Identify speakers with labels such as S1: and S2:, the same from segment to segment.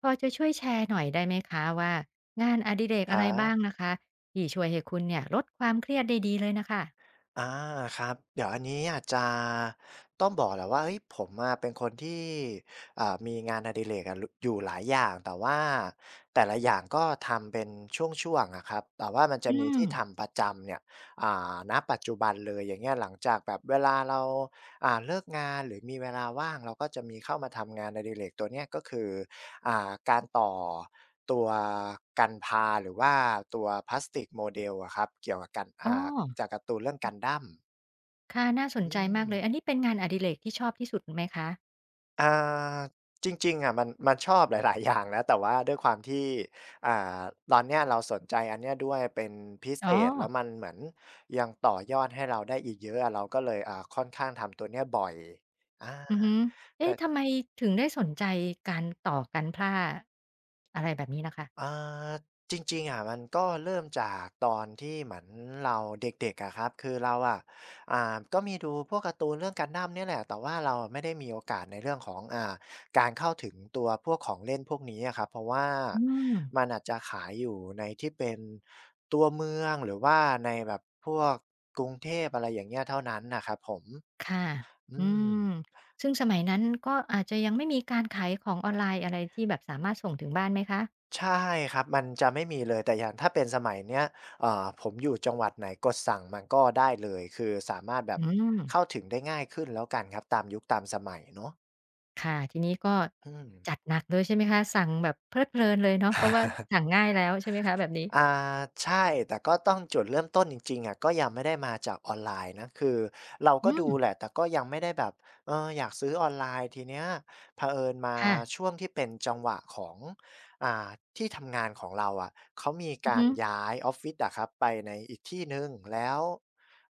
S1: พอจะช่วยแชร์หน่อยได้ไหมคะว่างานอดิเรก
S2: ค
S1: อะไร
S2: รั
S1: บ้าง
S2: บ
S1: นะคะที่ช่วยให้คุณเนี่ยลดความเครียดได้ดีเลยนะคะ
S2: อาครับ เดี๋ยวอันนี้อาจจะต้องบอกแหละว่าเฮ้ยผมอะเป็นคนที่มีงานอดิเรกอะรอยู่หลายอย่างแต่ว่าแต่ละอย่างก็ทำเป็นช่วงๆอะครับแต่ว่ามันจะ
S1: อื
S2: มี
S1: ม
S2: ที่ทำประจำเนี่ยณปัจจุบันเลยอย่างเงี้ยหลังจากแบบเวลาเราเลิกงานหรือมีเวลาว่างเราก็จะมีเข้ามาทำงานอดิเรกตัวเนี้ยก็คือการต่อ ตัวกันพาหรือว่าตัวพลาสติกโมเดลอะครับเกี่ยวกับกัน
S1: อ๋อ
S2: จากการ์ตูนเรื่อง Gundam
S1: ค่ะน่าสน
S2: อื
S1: ใจ
S2: ม
S1: มากเลยอันนี้เป็นงานอดิเรกที่ชอบที่สุดไหมคะ
S2: อ่าจริงๆอะมันชอบหลายๆอย่างนะแต่ว่าด้วยความที่อ่าตอนเนี้ยเราสนใจอันเนี้ยด้วยเป็นพิเศ
S1: อ๋อ
S2: ษแล้วมันเหมือนยังต่อยอดให้เราได้อีกเยอะอะเราก็เลยค่อนข้างทำตัวเนี้ยบ่อยอา
S1: อือฮึ
S2: แต่
S1: เอ๊ะทำไมถึงได้สนใจการต่อกันพล่าอะไรแบบนี้ล่ะคะ
S2: อ่าจริงๆอะมันก็เริ่มจากตอนที่เหมือนเราเด็กๆอะครับคือเราอะก็มีดูพวกการ์ตูนเรื่อง g u ด d a มเนี่ยแหละแต่ว่าเราไม่ได้มีโอกาสในเรื่องของการเข้าถึงตัวพวกของเล่นพวกนี้อะครับเพราะว่า
S1: อืม
S2: มันอาจจะขายอยู่ในที่เป็นตัวเมืองหรือว่าในแบบพวกกรุงเทพอะไรอย่างเงี้ยเท่านั้นนะครับผม
S1: ค่ะ
S2: อื
S1: อื
S2: ม
S1: มซึ่งสมัยนั้นก็อาจจะยังไม่มีการขายของออนไลน์อะไรที่แบบสามารถส่งถึงบ้านไหมคะ
S2: ใช่ครับมันจะไม่มีเลยแต่อย่างถ้าเป็นสมัยเนี้ยผมอยู่จังหวัดไหนกดสั่งมันก็ได้เลยคือสามารถแบบ
S1: อืม
S2: เข้าถึงได้ง่ายขึ้นแล้วกันครับตามยุคตามสมัยเนาะ
S1: ค่ะทีนี้ก็
S2: อื
S1: จัด
S2: ม
S1: หนักเลยใช่ไหมคะสั่งแบบเพลิดเพลินเลยเนาะเพราะว่าสั่งง่ายแล้วใช่ไหมคะแบบนี้
S2: อ่าใช่แต่ก็ต้องจุดเริ่มต้นจริงๆอ่ะก็ยังไม่ได้มาจากออนไลน์นะคือเราก็
S1: อืม
S2: ดูแหละแต่ก็ยังไม่ได้แบบอยากซื้อออนไลน์ทีเนี้ยเผอิญมา
S1: ค่ะ
S2: ช่วงที่เป็นจังหวะของอ่าที่ทำงานของเราอะเขามี
S1: อือ
S2: การ
S1: ฮึ
S2: ย้ายออฟฟิศอะครับไปในอีกที่หนึ่งแล้ว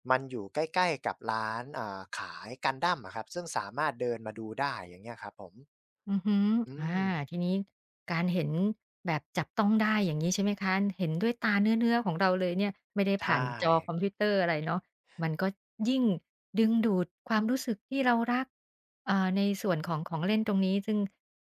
S2: มันอยู่ใกล้ๆกับร้านขาย Gundam อะครับซึ่งสามารถเดินมาดูได้อย่างเงี้ยครับผม
S1: อือฮึ
S2: อื
S1: อา
S2: ม
S1: ทีนี้การเห็นแบบจับต้องได้อย่างงี้ใช่ไหมคะ เห็นด้วยตาเนื้อๆของเราเลยเนี่ยไม่ได้ผ่าน
S2: ใช่
S1: จอคอมพิวเตอร์อะไรเนาะมันก็ยิ่งดึงดูดความรู้สึกที่เรารักอ่าในส่วนของของเล่นตรงนี้ซึ่ง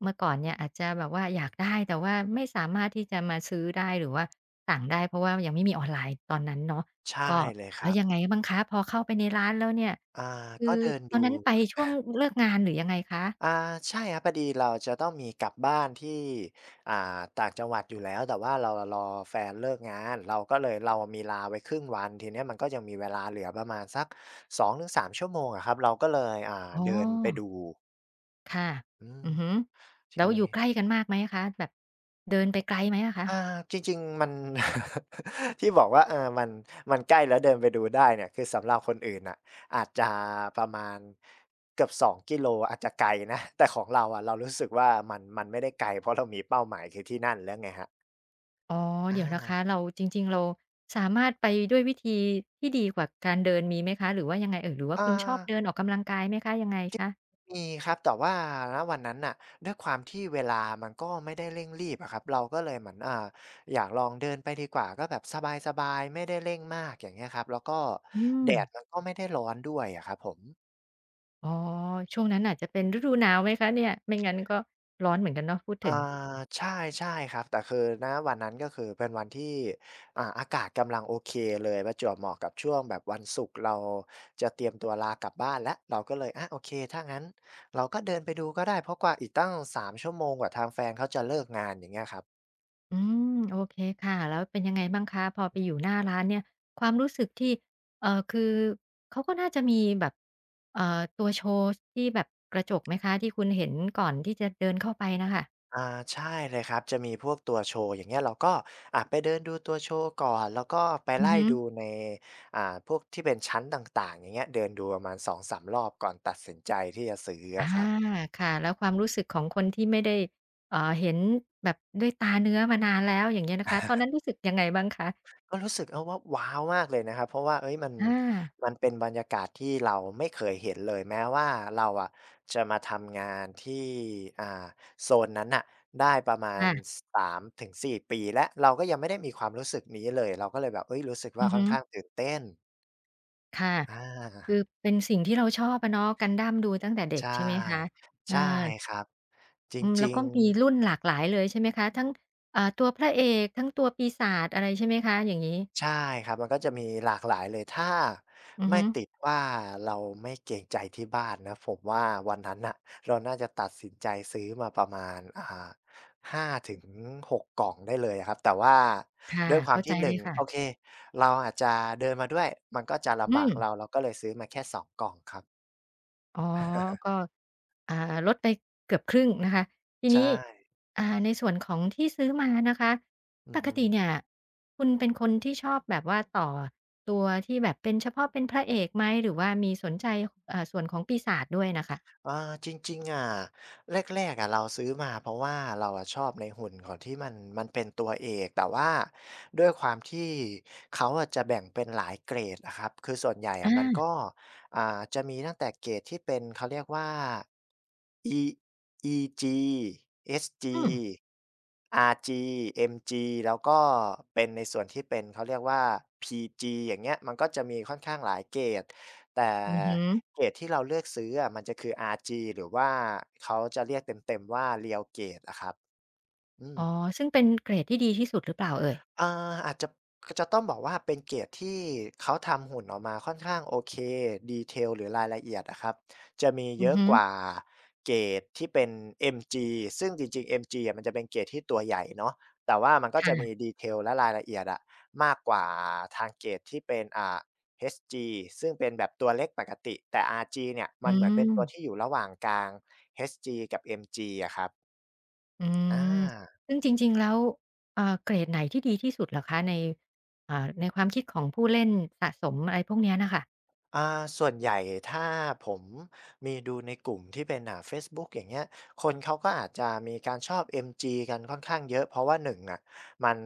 S1: เมื่อก่อนเนี่ยอาจจะแบบว่าอยากได้แต่ว่าไม่สามารถที่จะมาซื้อได้หรือว่าสั่งได้เพราะว่ายังไม่มีออนไลน์ตอนนั้นเนาะ
S2: ใช่
S1: ก็
S2: เลยค
S1: แล้
S2: รั
S1: ว
S2: บ
S1: ยังไงบ้างคะพอเข้าไปในร้านแล้วเนี่ย
S2: อ่า
S1: คื
S2: ก็
S1: อ
S2: เดิน
S1: ต
S2: ดู
S1: อนนั้นไปช่วงเลิกงานหรือยังไงคะ
S2: อ่าใช่ครับพอดีเราจะต้องมีกลับบ้านที่อ่าต่างจังหวัดอยู่แล้วแต่ว่าเราอรอแฟนเลิกงานเราก็เลยเรามีลาไว้ครึ่งวันทีเนี้ยมันก็ยังมีเวลาเหลือประมาณสัก2-3ชั่วโมงอะครับเราก็เลย
S1: อ๋
S2: เดินไป
S1: อ
S2: ดู
S1: ค่ะ
S2: อืม
S1: อือฮึแล้
S2: ที
S1: วอยู่ใกล้กันมากไหมคะแบบเดินไปไกลไหมอะคะ
S2: อาจริงๆมัน ที่บอกว่ามันใกล้แล้วเดินไปดูได้เนี่ยคือสำหรับคนอื่นน่ะอาจจะประมาณเกือบ2กิโลอาจจะไกลนะแต่ของเราอะเรารู้สึกว่ามันไม่ได้ไกลเพราะเรามีเป้าหมายคือที่นั่นแล้วไงครับ
S1: อ๋อเดี๋
S2: อา
S1: ยวนะคะเราจริงๆเราสามารถไปด้วยวิธีที่ดีกว่าการเดินมีไหมคะหรือว่ายังไงเอ่ยหรือว่า
S2: อ่า
S1: คุณชอบเดินออกกำลังกายไหมคะยังไงคะ
S2: มีครับแต่ว่าณวันนั้นน่ะด้วยความที่เวลามันก็ไม่ได้เร่งรีบอะครับเราก็เลยเหมือนอยากลองเดินไปดีกว่าก็แบบสบายๆไม่ได้เร่งมากอย่างเงี้ยครับแล้วก็
S1: อื
S2: แด
S1: ม
S2: ดมันก็ไม่ได้ร้อนด้วยอะครับผม
S1: อ๋อช่วงนั้นอาจจะเป็นฤดูหนาวไหมคะเนี่ยไม่งั้นก็ร้อนเหมือนกันเนาะพูด
S2: อา
S1: ถึง
S2: ใช่ใช่ครับแต่คือณวันนั้นก็คือเป็นวันที่อากาศกำลังโอเคเลยประจวบเหมาะกับช่วงแบบวันศุกร์เราจะเตรียมตัวลากลับบ้านแล้วเราก็เลยโอเคถ้างั้นเราก็เดินไปดูก็ได้เพราะกว่าอีกตั้ง3ชั่วโมงกว่าทางแฟนเขาจะเลิกงานอย่างเงี้ยครับ
S1: อืมโอเคค่ะแล้วเป็นยังไงบ้างคะพอไปอยู่หน้าร้านเนี่ยความรู้สึกที่คือเขาก็น่าจะมีแบบตัวโชว์ที่แบบกระจกไหมคะที่คุณเห็นก่อนที่จะเดินเข้าไปน่ะค่ะ
S2: อาใช่เลยครับจะมีพวกตัวโชว์อย่างเงี้ยเราก็ไปเดินดูตัวโชว์ก่อนแล้วก็ไป
S1: อือ
S2: ไล่
S1: ฮึ
S2: ดูในพวกที่เป็นชั้นต่างๆอย่างเงี้ยเดินดูประมาณสองสามรอบก่อนตัดสินใจที่จะซื้อ
S1: อา
S2: อะครับ
S1: ค่ะแล้วความรู้สึกของคนที่ไม่ได้เห็นแบบด้วยตาเนื้อมานานแล้วอย่างเงี้ยนะคะตอนนั้นรู้สึกยังไงบ้างคะ
S2: ก็รู้สึกเอาว่าว้าวมากเลยนะครับเพราะว่าเอ้ยมัน
S1: อา
S2: มันเป็นบรรยากาศที่เราไม่เคยเห็นเลยแม้ว่าเราอะจะมาทำงานที่อ่าโซนนั้นน่ะได้ประมาณ
S1: ค่ะ
S2: 3-4ปีแล้วเราก็ยังไม่ได้มีความรู้สึกนี้เลยเราก็เลยแบบเอ้ยรู้สึกว่า
S1: อือ
S2: ค่อน
S1: ฮึ
S2: ข้างตื่นเต้น
S1: ค่ะ
S2: อา
S1: คือเป็นสิ่งที่เราชอบอะเนาะ Gundam ดูตั้งแต่เด็ก
S2: ใช่
S1: ใช่ไหมคะอา
S2: ใช่ครับจร
S1: อืมแล้
S2: ิ
S1: ว
S2: ง
S1: ก็
S2: ๆ
S1: มีรุ่นหลากหลายเลยใช่ไหมคะทั้งอ่าตัวพระเอกทั้งตัวปีศาจอะไรใช่ไหมคะอย่างงี้
S2: ใช่ครับมันก็จะมีหลากหลายเลยถ้า
S1: อือ
S2: ไม่
S1: ฮึ
S2: ติดว่าเราไม่เกรงใจที่บ้านนะผมว่าวันนั้นน่ะเราน่าจะตัดสินใจซื้อมาประมาณ5-6กกล่องได้เลยอะครับแต่ว่า
S1: ค่ะ
S2: ด้วยความ
S1: เข้าใจ
S2: ที่
S1: เล
S2: 1
S1: ย
S2: โอเค
S1: ค่ะ
S2: เราอาจจะเดินมาด้วยมันก็จะ
S1: อื
S2: ลำบาก
S1: ม
S2: เราก็เลยซื้อมาแค่2กล่องครับ
S1: อ๋อก็อ่าลดไปเกือบครึ่งนะคะที
S2: ใช่
S1: นี้อ่าในส่วนของที่ซื้อมานะคะ
S2: อื
S1: ป
S2: อ
S1: ก
S2: ฮึ
S1: ติเนี่ยคุณเป็นคนที่ชอบแบบว่าต่อตัวที่แบบเป็นเฉพาะเป็นพระเอกไหมหรือว่ามีสนใจอ่าส่วนของปีศาจด้วยน่ะค่ะ
S2: อ่าจริงๆอะแรกๆอะเราซื้อมาเพราะว่าเราอะชอบในหุ่นของที่มันเป็นตัวเอกแต่ว่าด้วยความที่เขาอะจะแบ่งเป็นหลายเกรดนะครับคือส่วนใหญ่อะ
S1: อา
S2: มันก็จะมีตั้งแต่เกรดที่เป็นเขาเรียกว่า E EG
S1: อืม
S2: SG RG MG แล้วก็เป็นในส่วนที่เป็นเขาเรียกว่า PG อย่างเงี้ยมันก็จะมีค่อนข้างหลายเกรดแต่
S1: อือฮึ
S2: เกรดที่เราเลือกซื้ออะมันจะคือ RG หรือว่าเขาจะเรียกเต็มๆว่า Real Grade อะครับอืม
S1: อ๋อซึ่งเป็นเกรดที่ดีที่สุดหรือเปล่าเอ่ย
S2: อ่ออาจจะจะต้องบอกว่าเป็นเกรดที่เขาทำหุ่นออกมาค่อนข้างโอเคด e เ a ลหรือรายละเอียดนะครับจะมี
S1: อื
S2: เย
S1: อ
S2: อะ
S1: ฮึ
S2: กว่าเกรดที่เป็น MG ซึ่งจริงๆ MG อมจีอ่ะมันจะเป็นเกรดที่ตัวใหญ่เนาะแต่ว่ามันก็จะมี
S1: ค่ะ
S2: detail และรายละเอียดอะมากกว่าทางเกรดที่เป็นHG ซึ่งเป็นแบบตัวเล็กปกติแต่ RG เนี่ย
S1: อื
S2: มันเหมือนเป็
S1: ม
S2: นตัวที่อยู่ระหว่างกลาง HG กับ MG อมจีอะครับ
S1: อื
S2: อา
S1: ม ซึ่งจริงๆแล้วเกรดไหนที่ดีที่สุดเหรอคะในอ่าในความคิดของผู้เล่นสะสมอะไรพวกเนี้ยน่ะค่ะ
S2: ส่วนใหญ่ถ้าผมมีดูในกลุ่มที่เป็นเฟซบุ๊กอย่างเงี้ยคนเขาก็อาจจะมีการชอบ MG กันค่อนข้างเยอะเพราะว่าหนึ่งอะมัน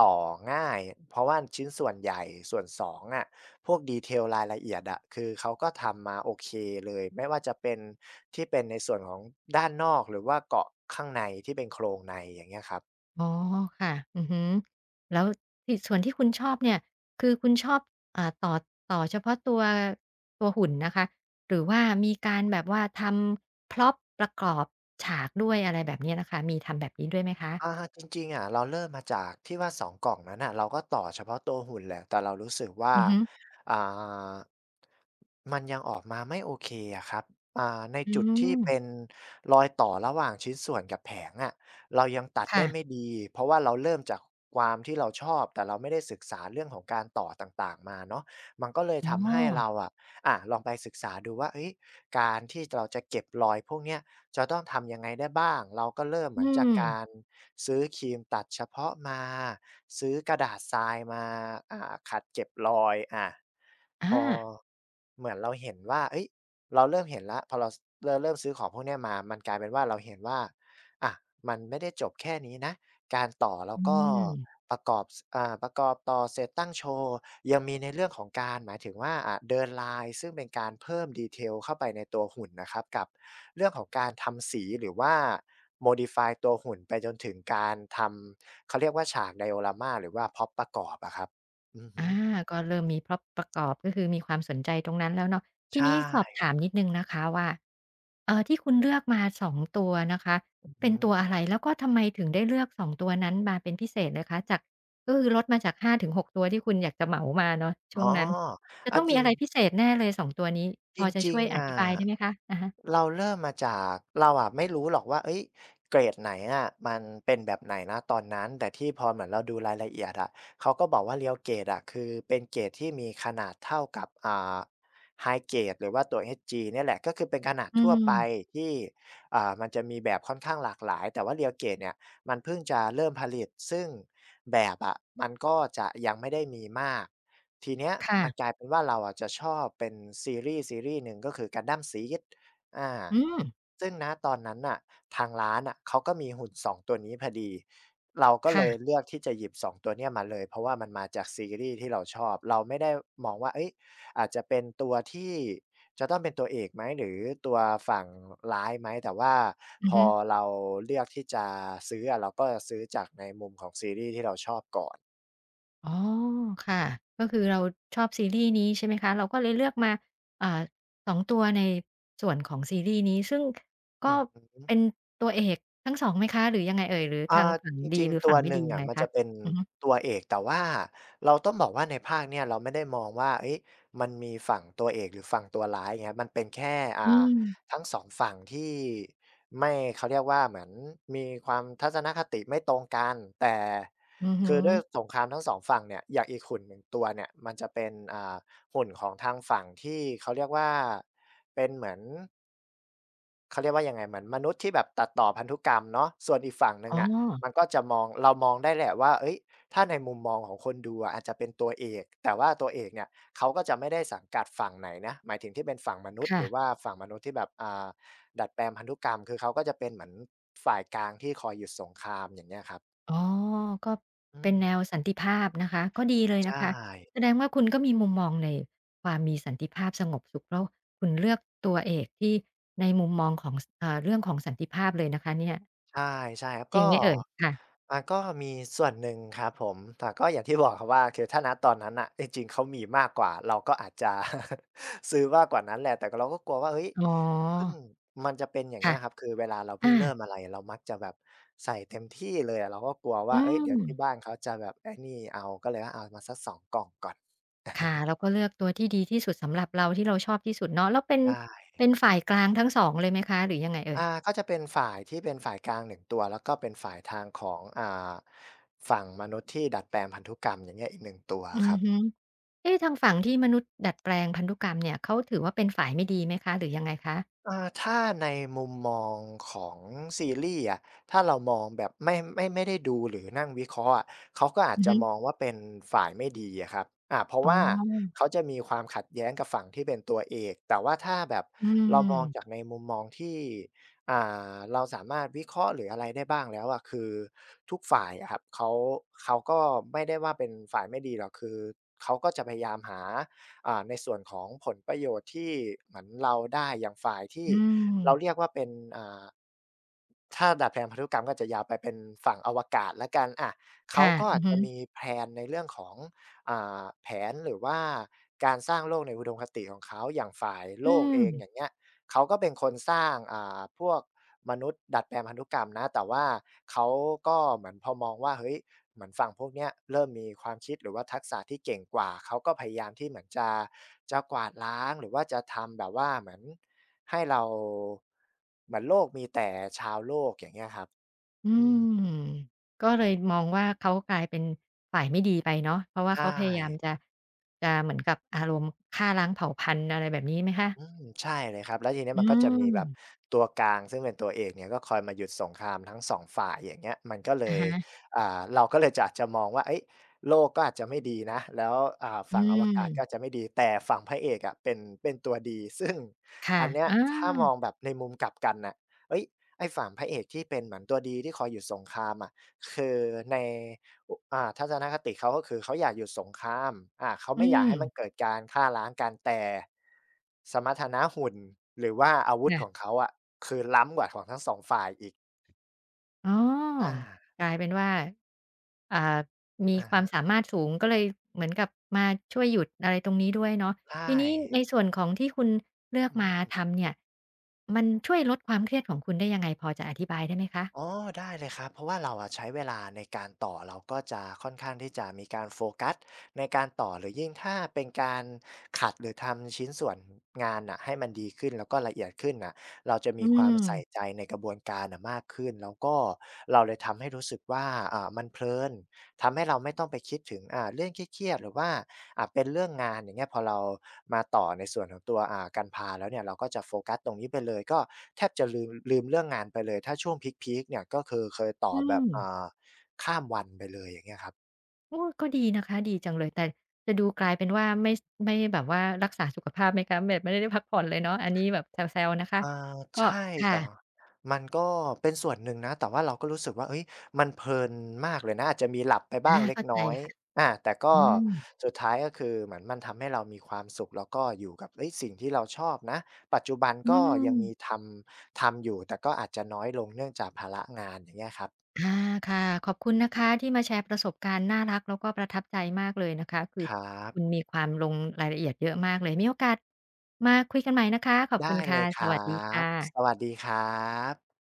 S2: ต่อง่ายเพราะว่าชิ้นส่วนใหญ่ส่วน2องอ่ะพวกดีเทลรายละเอียดอะคือเขาก็ทำมาโอเคเลยไม่ว่าจะเป็นที่เป็นในส่วนของด้านนอกหรือว่าเกาะข้างในที่เป็นโครงในอย่างเงี้ยครับ
S1: อ๋อค่ะอือฮึแล้วที่ส่วนที่คุณชอบเนี่ย คือคุณชอบอ่าต่อเฉพาะตัวหุ่นนะคะ หรือว่ามีการแบบว่าทำ prop ประกอบฉากด้วยอะไรแบบเนี้ยนะคะ มีทำแบบนี้ด้วยไหมคะ
S2: อาจริงๆอะเราเริ่มมาจากที่ว่า2กล่องนั้นน่ะเราก็ต่อเฉพาะตัวหุ่นแหละแต่เรารู้สึกว่า
S1: อือฮึ
S2: อ่ามันยังออกมาไม่โอเคอะครับใน
S1: อื
S2: จุดที่
S1: ม
S2: เป็นรอยต่อระหว่างชิ้นส่วนกับแผงอะเรายังตัดได้
S1: ค่ะ
S2: ไม่ดีเพราะว่าเราเริ่มจากความที่เราชอบแต่เราไม่ได้ศึกษาเรื่องของการต่อต่างๆมาเนาะมันก็เลย
S1: อ๋อ
S2: ทำให้เราอะลองไปศึกษาดูว่าเฮ้ยการที่เราจะเก็บรอยพวกเนี้ยจะต้องทำยังไงได้บ้างเราก็เริ่มเห
S1: อื
S2: มือนจาก
S1: ม
S2: การ ซื้อครีมตัดเฉพาะมาซื้อกระดาษทรายมาอ่าขัดเก็บรอยอาพ
S1: อา
S2: อเหมือนเราเห็นว่าเฮ้ยเราเริ่มเห็นแล้วพอเราสเราเริ่มซื้อของพวกเนี้ยมามันกลายเป็นว่าเราเห็นว่าอะมันไม่ได้จบแค่นี้นะ การต่อแล้ว
S1: อื
S2: ก็
S1: ม
S2: ประกอบสประกอบต่อเสร็จตั้งโชว์ยังมีในเรื่องของการหมายถึงว่าเดินลายซึ่งเป็นการเพิ่ม detail เข้าไปในตัวหุ่นนะครับกับเรื่องของการทำสีหรือว่า modify ตัวหุ่นไปจนถึงการทำเขาเรียกว่าฉาก diorama หรือว่า prop ประกอบอะครับอือฮึ
S1: อาก็เริ่มมีพร็อปประกอบก็คือมีความสนใจตรงนั้นแล้วเนาะ
S2: ใช
S1: ทีนี้สอบ
S2: ่
S1: ถามนิดหนึ่งนะคะว่าที่คุณเลือกมาสองตัวนะคะ
S2: อือ
S1: เป็
S2: ฮึ
S1: นตัวอะไรแล้วก็ทำไมถึงได้เลือกสองตัวนั้นมาเป็นพิเศษเลยคะจากก็คือลดมาจาก5-6ตัวที่คุณอยากจะเหมามาเนาะ
S2: อ๋
S1: ช่ว
S2: อ
S1: งนั้นจะ
S2: เอา
S1: ต้อง
S2: จ
S1: มี
S2: ริง
S1: อะไรพิเศษแน่เลยสองตัวนี้พ
S2: จ
S1: อจะ
S2: ริ
S1: ช่
S2: ง
S1: วย
S2: ๆ
S1: อ
S2: อะ
S1: ธิบายได้ไหมคะอะฮะ
S2: เราเริ่มมาจากเราอะไม่รู้หรอกว่าเฮ้ยเกรดไหนอะมันเป็นแบบไหนณตอนนั้นแต่ที่พอเหมือนเราดูรายละเอียดอะเขาก็บอกว่า Real Grade อะคือเป็นเกรดที่มีขนาดเท่ากับHigh Grade หรือว่าตัว HG เนี่ยแหละก็คือเป็นขนาด
S1: อื
S2: ทั่วไป
S1: ม
S2: ที่มันจะมีแบบค่อนข้างหลากหลายแต่ว่า Real Grade เนี่ยมันเพิ่งจะเริ่มผลิตซึ่งแบบอะมันก็จะยังไม่ได้มีมาก ทีเนี้ยมันก
S1: ค่ะ
S2: ลายเป็นว่าเราอะจะชอบเป็นซีรีส์หนึ่งก็คือ Gundam Seed อา
S1: อืม
S2: ซึ่งณตอนนั้นน่ะทางร้านน่ะเขาก็มีหุ่นสองตัวนี้พอดีเราก็เลย
S1: ค่ะ
S2: เลือกที่จะหยิบสองตัวเนี้ยมาเลยเพราะว่ามันมาจากซีรีส์ที่เราชอบเราไม่ได้มองว่าเฮ้ยอาจจะเป็นตัวที่จะต้องเป็นตัวเอกไหมหรือตัวฝั่งร้ายไหมแต่ว่า
S1: อื
S2: พ
S1: อ
S2: อ
S1: ฮึ
S2: เราเลือกที่จะซื้ออะเราก็ซื้อจากในมุมของซีรีส์ที่เราชอบก่อน
S1: อ๋อค่ะก็คือเราชอบซีรีส์นี้ใช่ไหมคะเราก็เลยเลือกมาอ่าสองตัวในส่วนของซีรีส์นี้ซึ่งก็
S2: อือฮึ
S1: เป็นตัวเอกทั้งสองไหมคะหรือยังไงเอ่ยหรือทาง
S2: อ่า
S1: ฝั่ง
S2: จ
S1: ดี
S2: ริง
S1: หรือ
S2: ๆตัว
S1: ฝั่งไม่
S2: หนึ่
S1: ดี
S2: ง
S1: ยัง
S2: อะ
S1: ไง
S2: มัน
S1: คะ
S2: จะเป็น
S1: อือฮึ
S2: ตัวเอกแต่ว่าเราต้องบอกว่าในภาคเนี่ยเราไม่ได้มองว่าเฮ้ยมันมีฝั่งตัวเอกหรือฝั่งตัวร้ายอย่างเงี้ยมันเป็นแค่
S1: อื
S2: อ่า
S1: ม
S2: ทั้งสองฝั่งที่ไม่เขาเรียกว่าเหมือนมีความทัศนคติไม่ตรงกันแต่
S1: อือฮึ
S2: คือด้วยสงครามทั้งสองฝั่งเนี่ยอย่างอีกหุ่นหนึ่งตัวเนี่ยมันจะเป็นหุ่นของทางฝั่งที่เขาเรียกว่าเป็นเหมือน เขาเรียกว่ายังไงเหมือนมนุษย์ที่แบบตัดต่อพันธุกรรมเนาะส่วนอีกฝั่งหนึ่
S1: อ๋
S2: ง
S1: อ
S2: อะมันก็จะมองเรามองได้แหละว่าเฮ้ยถ้าในมุมมองของคนดูอะอาจจะเป็นตัวเอกแต่ว่าตัวเอกเนี่ยเขาก็จะไม่ได้สังกัดฝั่งไหนนะหมายถึงที่เป็นฝั่งมนุษย์ห
S1: ค่ะ
S2: รือว่าฝั่งมนุษย์ที่แบบดัดแปลงพันธุกรรมคือเขาก็จะเป็นเหมือนฝ่ายกลางที่คอยหยุดสงครามอย่างเงี้ยครับ
S1: อ๋อก็
S2: อื
S1: เป็นแนว
S2: ม
S1: สันติภาพนะคะก็ดีเลยนะ
S2: ใช่
S1: คะแสดงว่าคุณก็มีมุมมองในความมีสันติภาพสงบสุขแล้วคุณเลือกตัวเอกที่ในมุมมองของสเอ่าเรื่องของสันติภาพเลยนะคะเนี่ย
S2: ใช่ใช่ครับ
S1: จ
S2: ก็
S1: ริงไหมเอ่ยค่ะ
S2: อาก็มีส่วนหนึ่งครับผมแต่ก็อย่างที่บอกครับว่าคือถ้าณตอนนั้นน่ะจริงๆเขามีมากกว่าเราก็อาจจะ ซื้อมากกว่านั้นแหละแต่ก็เราก็กลัวว่าเฮ้ย
S1: อ๋อ
S2: เพิ่งมันจะเป็นอย่างเงี้
S1: ค่ะ
S2: ยครับคือเวลาเราเพิ่
S1: อา
S2: งเริ่มอะไรเรามักจะแบบใส่เต็มที่เลยอะเราก็กลัว
S1: อื
S2: ว่าเฮ้ยเดี๋
S1: ม
S2: ยวที่บ้านเขาจะแบบไอ้นี่เอาก็เลยว่าเอามาสัก2กล่องก่อน
S1: ค่ะเราก็เลือกตัวที่ดีที่สุดสำหรับเราที่เราชอบที่สุดเนาะแล้วเป็น
S2: ได้
S1: ฝ่ายกลางทั้งสองเลยไหมคะหรือยังไงเอ่
S2: อา
S1: ย
S2: ก็จะเป็นฝ่ายที่เป็นฝ่ายกลาง1ตัวแล้วก็เป็นฝ่ายทางของฝั่งมนุษย์ที่ดัดแปลงพันธุกรรมอย่างเงี้ยอีกหนึ่งตัว
S1: อื
S2: ค
S1: อ
S2: รับ
S1: ฮึเอ๊ะทางฝั่งที่มนุษย์ดัดแปลงพันธุกรรมเนี่ยเขาถือว่าเป็นฝ่ายไม่ดีไหมคะหรือยังไงคะ
S2: ถ้าในมุมมองของซีรีส์อะถ้าเรามองแบบไม่ได้ดูหรือนั่งวิเคราะห์อะเขาก็อาจ
S1: อือ
S2: จะ
S1: ฮึ
S2: มองว่าเป็นฝ่ายไม่ดีอะครับอาเพราะ
S1: อ๋อ
S2: ว่าเขาจะมีความขัดแย้งกับฝั่งที่เป็นตัวเอก แต่ว่าถ้าแบบ
S1: อื
S2: เรามองจาก
S1: ม
S2: ในมุมมองที่อ่เราสามารถวิเคราะห์หรืออะไรได้บ้างแล้วอะคือทุกฝ่ายอะครับเขาก็ไม่ได้ว่าเป็นฝ่ายไม่ดีหรอกคือเขาก็จะพยายามหา ในส่วนของผลประโยชน์ที่เหมือนเราได้อย่างฝ่ายที่
S1: อื
S2: เราเรีย
S1: ม
S2: กว่าเป็นอ่าถ้าดัดแปลงพันธุกรรมก็จะยาวไปเป็นฝั่งอวกาศละกันอะเขา
S1: ค่ะ
S2: ก็
S1: อือฮึ
S2: จะมีแพลนในเรื่องของแผนหรือว่าการสร้างโลกในอุดมคติของเขาอย่างฝ่ายโล
S1: อื
S2: ก
S1: ม
S2: เองอย่างเงี้ยเขาก็เป็นคนสร้างพวกมนุษย์ดัดแปลงพันธุกรรมนะแต่ว่าเขาก็เหมือนพอมองว่าเฮ้ย เหมือนฝั่งพวกเนี้ยเริ่มมีความคิดหรือว่าทักษะที่เก่งกว่าเขาก็พยายามที่เหมือนจะกวาดล้างหรือว่าจะทำแบบว่าเหมือนให้เราเหมือนโลกมีแต่ชาวโลกอย่างเงี้ยครับ
S1: อื
S2: อืม
S1: มก็เลยมองว่าเขากลายเป็นฝ่ายไม่ดีไปเนาะเพราะว่าเขา
S2: ใช่
S1: พยายามจะเหมือนกับอารมณ์ฆ่าล้างเผ่าพันธุ์อะไรแบบนี้ไหม
S2: อื
S1: คะ
S2: มใช่เลยครับแล้วทีเนี้ย
S1: อื
S2: มันก็จะมีแบบ
S1: ม
S2: ตัวกลางซึ่งเป็นตัวเอกเนี่ยก็คอยมาหยุดสงครามทั้งสองฝ่ายอย่างเงี้ยมันก็เล
S1: อะ
S2: ย
S1: ฮะ
S2: เราก็เลยจะอาจจะมองว่าเฮ้ยโลกก็อาจจะไม่ดีนะแล้ว
S1: อื
S2: ฝั่งอวกาศก็อาจจะ
S1: ม
S2: ไม่ดีแต่ฝั่งพระเอกอะเป็นตัวดีซึ่ง
S1: ค่ะ
S2: อันเนี้ย
S1: อา
S2: ถ้ามองแบบในมุมกลับกันน่ะเฮ้ยไอ้ฝั่งพระเอกที่เป็นเหมือนตัวดีที่คอยหยุดสงครามอะคือใน อาทัศนคติเขาก็คือเขาอยากหยุดสงครามเขา
S1: อื
S2: ไม่อยาก
S1: ม
S2: ให้มันเกิดการฆ่าล้างกันแต่สมรรถนะหุ่นหรือว่าอาวุธของ
S1: ค่ะ
S2: เขาอะคือล้ำกว่าของทั้งสองฝ่ายอีก
S1: อ๋อ
S2: อา
S1: กลายเป็นว่าอ่ามี
S2: อะ
S1: ความสา
S2: ฮะ
S1: มารถสูงก็เลยเหมือนกับมาช่วยหยุดอะไรตรงนี้ด้วยเนาะ
S2: ใช่
S1: ทีนี้ในส่วนของที่คุณเลือก
S2: อื
S1: มา
S2: ม
S1: ทำเนี่ยมันช่วยคะ
S2: อ๋อได้เลยครับเพราะว่าเราอะใช้เวลาในการต่อเราก็จะค่อนข้างที่จะมีการโฟกัสในการต่อหรือยิ่งถ้าเป็นการขัดหรือทำชิ้นส่วนงานน่ะให้มันดีขึ้นแล้วก็ละเอียดขึ้นน่ะเราจะมี
S1: อื
S2: ความ
S1: ม
S2: ใส่ใจในกระบวนการน่ะมากขึ้นแล้วก็เราเลยทำให้รู้สึกว่ามันเพลิน ทำให้เราไม่ต้องไปคิดถึงเรื่องเครียดๆหรือว่าเป็นเรื่องงานอย่างเงี้ยพอเรามาต่อในส่วนของตัวกันพาแล้วเนี่ยเราก็จะโฟกัสตรงนี้ไปเลยก็แทบจะลืมเรื่องงานไปเลยถ้าช่วงพีกๆเนี่ยก็คือเคยต่อ
S1: อื
S2: แบบ
S1: ม
S2: ข้ามวันไปเลยอย่างเงี้ยครับ
S1: โอ้ก็ดีนะคะดีจังเลยแต่จะดูกลายเป็นว่าไม่แบบว่ารักษาสุขภาพไหมคะแบบไม่ได้พักผ่อนเลยเนาะอันนี้แบบแซวๆนะคะ
S2: อา
S1: ก็
S2: ใช่แต่
S1: ค่ะ
S2: มันก็เป็นส่วนหนึ่งนะแต่ว่าเราก็รู้สึกว่าเฮ้ยมันเพลินมากเลยนะอาจจะมีหลับไปบ้าง
S1: อา
S2: เล็ก
S1: เข้าใจ
S2: น้อย
S1: ค่ะ
S2: อาแต่ก็
S1: อืม
S2: สุดท้ายก็คือเหมือนมันทำให้เรามีความสุขแล้วก็อยู่กับเฮ้ยสิ่งที่เราชอบนะปัจจุบัน
S1: อื
S2: ก็
S1: ม
S2: ยังมีทำอยู่แต่ก็อาจจะน้อยลงเนื่องจากภาระงานอย่างเงี้ยครับ
S1: อาค่ะขอบคุณนะคะที่มาแชร์ประสบการณ์น่ารักแล้วก็ประทับใจมากเลยนะคะคือ
S2: ครับ
S1: คุณมีความลงรายละเอียดเยอะมากเลยมีโอกาสมาคุยกันใหม่นะคะขอบคุ
S2: ได้
S1: ณ
S2: เล
S1: ค่ะ
S2: ยค
S1: สวัส
S2: รั
S1: ดีค
S2: บส
S1: ่ะ
S2: วัสดีครับ